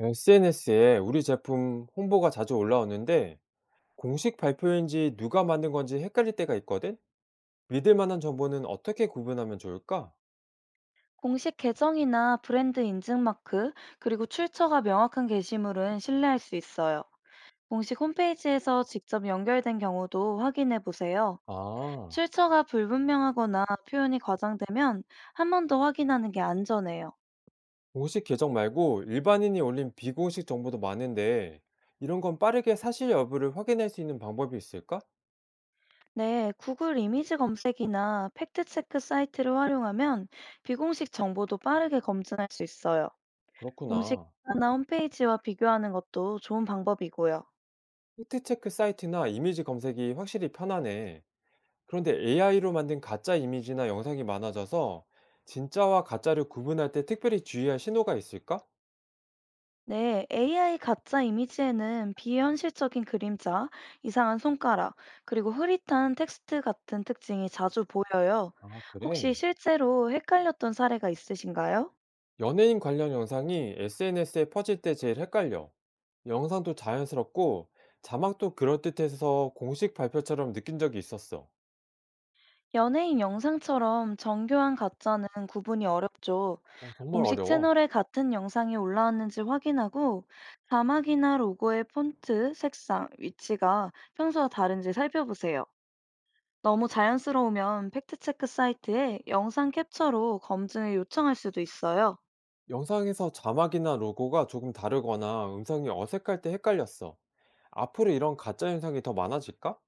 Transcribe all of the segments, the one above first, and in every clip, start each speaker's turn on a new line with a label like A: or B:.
A: SNS에 우리 제품 홍보가 자주 올라오는데 공식 발표인지 누가 만든 건지 헷갈릴 때가 있거든? 믿을 만한 정보는 어떻게 구분하면 좋을까?
B: 공식 계정이나 브랜드 인증 마크, 그리고 출처가 명확한 게시물은 신뢰할 수 있어요. 공식 홈페이지에서 직접 연결된 경우도 확인해 보세요.
A: 아,
B: 출처가 불분명하거나 표현이 과장되면 한 번 더 확인하는 게 안전해요.
A: 공식 계정 말고 일반인이 올린 비공식 정보도 많은데 이런 건 빠르게 사실 여부를 확인할 수 있는 방법이 있을까?
B: 네, 구글 이미지 검색이나 팩트체크 사이트를 활용하면 비공식 정보도 빠르게 검증할 수 있어요. 공식
A: 그렇구나.
B: 기사나 홈페이지와 비교하는 것도 좋은 방법이고요.
A: 팩트체크 사이트나 이미지 검색이 확실히 편하네. 그런데 AI로 만든 가짜 이미지나 영상이 많아져서 진짜와 가짜를 구분할 때 특별히 주의할 신호가 있을까?
B: 네, AI 가짜 이미지에는 비현실적인 그림자, 이상한 손가락, 그리고 흐릿한 텍스트 같은 특징이 자주 보여요.
A: 아, 그래?
B: 혹시 실제로 헷갈렸던 사례가 있으신가요?
A: 연예인 관련 영상이 SNS에 퍼질 때 제일 헷갈려. 영상도 자연스럽고 자막도 그럴듯해서 공식 발표처럼 느낀 적이 있었어.
B: 연예인 영상처럼 정교한 가짜는 구분이 어렵죠.
A: 어, 정말
B: 공식
A: 어려워.
B: 채널에 같은 영상이 올라왔는지 확인하고 자막이나 로고의 폰트, 색상, 위치가 평소와 다른지 살펴보세요. 너무 자연스러우면 팩트체크 사이트에 영상 캡처로 검증을 요청할 수도 있어요.
A: 영상에서 자막이나 로고가 조금 다르거나 음성이 어색할 때 헷갈렸어. 앞으로 이런 가짜 영상이 더 많아질까?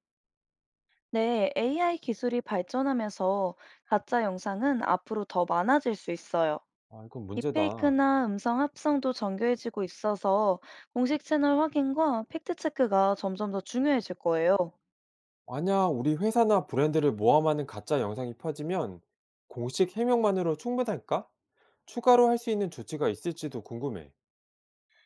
B: 네, AI 기술이 발전하면서 가짜 영상은 앞으로 더 많아질 수 있어요.
A: 아, 이건 문제다.
B: 딥페이크나 음성 합성도 정교해지고 있어서 공식 채널 확인과 팩트체크가 점점 더 중요해질 거예요.
A: 만약 우리 회사나 브랜드를 모함하는 가짜 영상이 퍼지면 공식 해명만으로 충분할까? 추가로 할 수 있는 조치가 있을지도 궁금해.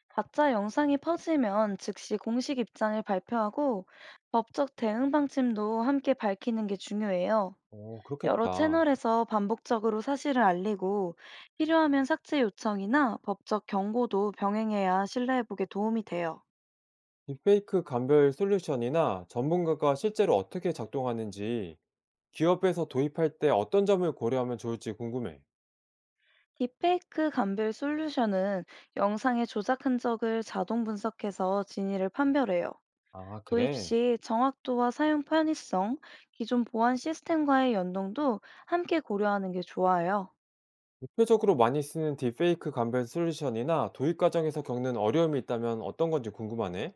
B: 가짜 영상이 퍼지면 즉시 공식 입장을 발표하고 법적 대응 방침도 함께 밝히는 게 중요해요.
A: 어,
B: 여러
A: 그렇겠다.
B: 채널에서 반복적으로 사실을 알리고 필요하면 삭제 요청이나 법적 경고도 병행해야 신뢰회복에 도움이 돼요.
A: 딥페이크 감별 솔루션이나 전문가가 실제로 어떻게 작동하는지 기업에서 도입할 때 어떤 점을 고려하면 좋을지 궁금해.
B: 딥페이크 감별 솔루션은 영상의 조작 흔적을 자동 분석해서 진위를 판별해요.
A: 아,
B: 도입
A: 그래?
B: 시 정확도와 사용 편의성, 기존 보안 시스템과의 연동도 함께 고려하는 게 좋아요.
A: 대표적으로 많이 쓰는 딥페이크 감별 솔루션이나 도입 과정에서 겪는 어려움이 있다면 어떤 건지 궁금하네.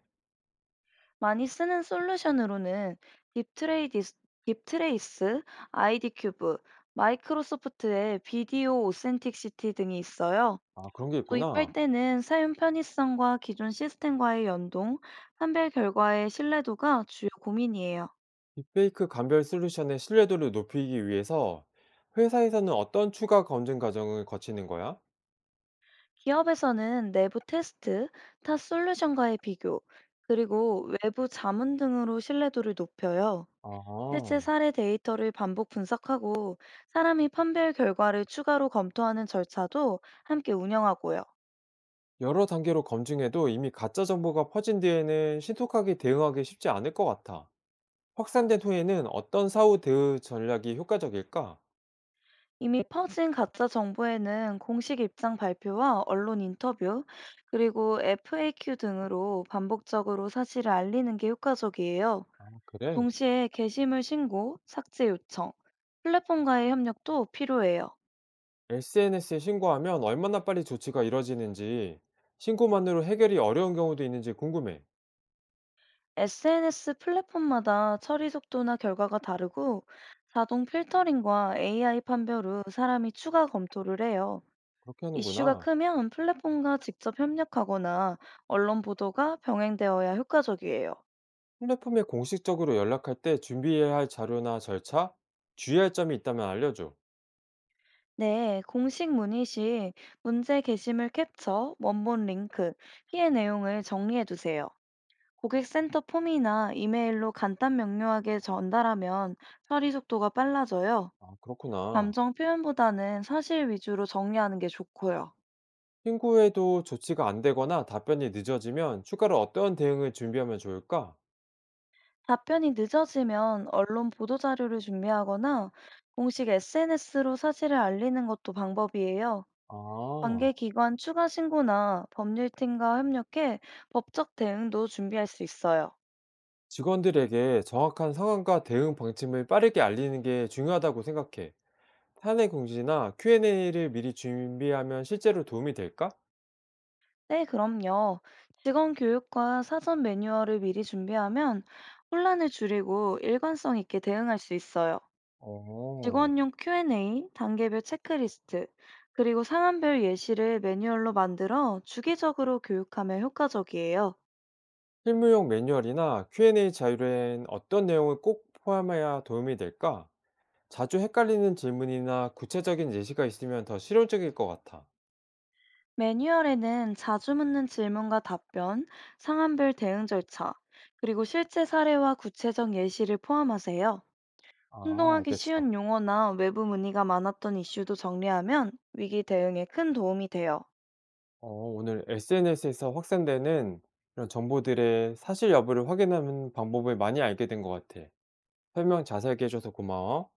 B: 많이 쓰는 솔루션으로는 딥트레이디스, 딥트레이스, 아이디큐브, 마이크로소프트의 비디오 오센틱시티 등이 있어요.
A: 아, 그런 게
B: 도입할
A: 있구나.
B: 때는 사용 편의성과 기존 시스템과의 연동, 판별 결과의 신뢰도가 주요 고민이에요.
A: 딥페이크 감별 솔루션의 신뢰도를 높이기 위해서 회사에서는 어떤 추가 검증 과정을 거치는 거야?
B: 기업에서는 내부 테스트, 타 솔루션과의 비교, 그리고 외부 자문 등으로 신뢰도를 높여요. 실제
A: 아.
B: 사례 데이터를 반복 분석하고 사람이 판별 결과를 추가로 검토하는 절차도 함께 운영하고요.
A: 여러 단계로 검증해도 이미 가짜 정보가 퍼진 뒤에는 신속하게 대응하기 쉽지 않을 것 같아. 확산된 후에는 어떤 사후 대응 전략이 효과적일까?
B: 이미 퍼진 가짜 정보에는 공식 입장 발표와 언론 인터뷰, 그리고 FAQ 등으로 반복적으로 사실을 알리는 게 효과적이에요.
A: 아, 그래?
B: 동시에 게시물 신고, 삭제 요청, 플랫폼과의 협력도 필요해요.
A: SNS에 신고하면 얼마나 빨리 조치가 이뤄지는지, 신고만으로 해결이 어려운 경우도 있는지 궁금해.
B: SNS 플랫폼마다 처리 속도나 결과가 다르고 자동 필터링과 AI 판별 후 사람이 추가 검토를 해요.
A: 그렇게
B: 이슈가
A: 하는구나.
B: 크면 플랫폼과 직접 협력하거나 언론 보도가 병행되어야 효과적이에요.
A: 플랫폼에 공식적으로 연락할 때 준비해야 할 자료나 절차, 주의할 점이 있다면 알려줘.
B: 네, 공식 문의 시 문제 게시물 캡처, 원본 링크, 피해 내용을 정리해 두세요. 고객센터 폼이나 이메일로 간단 명료하게 전달하면 처리 속도가 빨라져요.
A: 아, 그렇구나.
B: 감정 표현보다는 사실 위주로 정리하는 게 좋고요.
A: 신고해도 조치가 안 되거나 답변이 늦어지면 추가로 어떤 대응을 준비하면 좋을까?
B: 답변이 늦어지면 언론 보도 자료를 준비하거나 공식 SNS로 사실을 알리는 것도 방법이에요.
A: 아.
B: 관계 기관 추가 신고나 법률팀과 협력해 법적 대응도 준비할 수 있어요.
A: 직원들에게 정확한 상황과 대응 방침을 빠르게 알리는 게 중요하다고 생각해. 사내 공지나 Q&A를 미리 준비하면 실제로 도움이 될까?
B: 네, 그럼요. 직원 교육과 사전 매뉴얼을 미리 준비하면 혼란을 줄이고 일관성 있게 대응할 수 있어요.
A: 어.
B: 직원용 Q&A, 단계별 체크리스트, 그리고 상황별 예시를 매뉴얼로 만들어 주기적으로 교육하면 효과적이에요.
A: 실무용 매뉴얼이나 Q&A 자료엔 어떤 내용을 꼭 포함해야 도움이 될까? 자주 헷갈리는 질문이나 구체적인 예시가 있으면 더 실용적일 것 같아.
B: 매뉴얼에는 자주 묻는 질문과 답변, 상황별 대응 절차, 그리고 실제 사례와 구체적 예시를 포함하세요.
A: 아,
B: 혼동하기
A: 알겠어.
B: 쉬운 용어나 외부 문의가 많았던 이슈도 정리하면 위기 대응에 큰 도움이 돼요.
A: 어, 오늘 SNS에서 확산되는 이런 정보들의 사실 여부를 확인하는 방법을 많이 알게 된 것 같아. 설명 자세하게 해 줘서 고마워.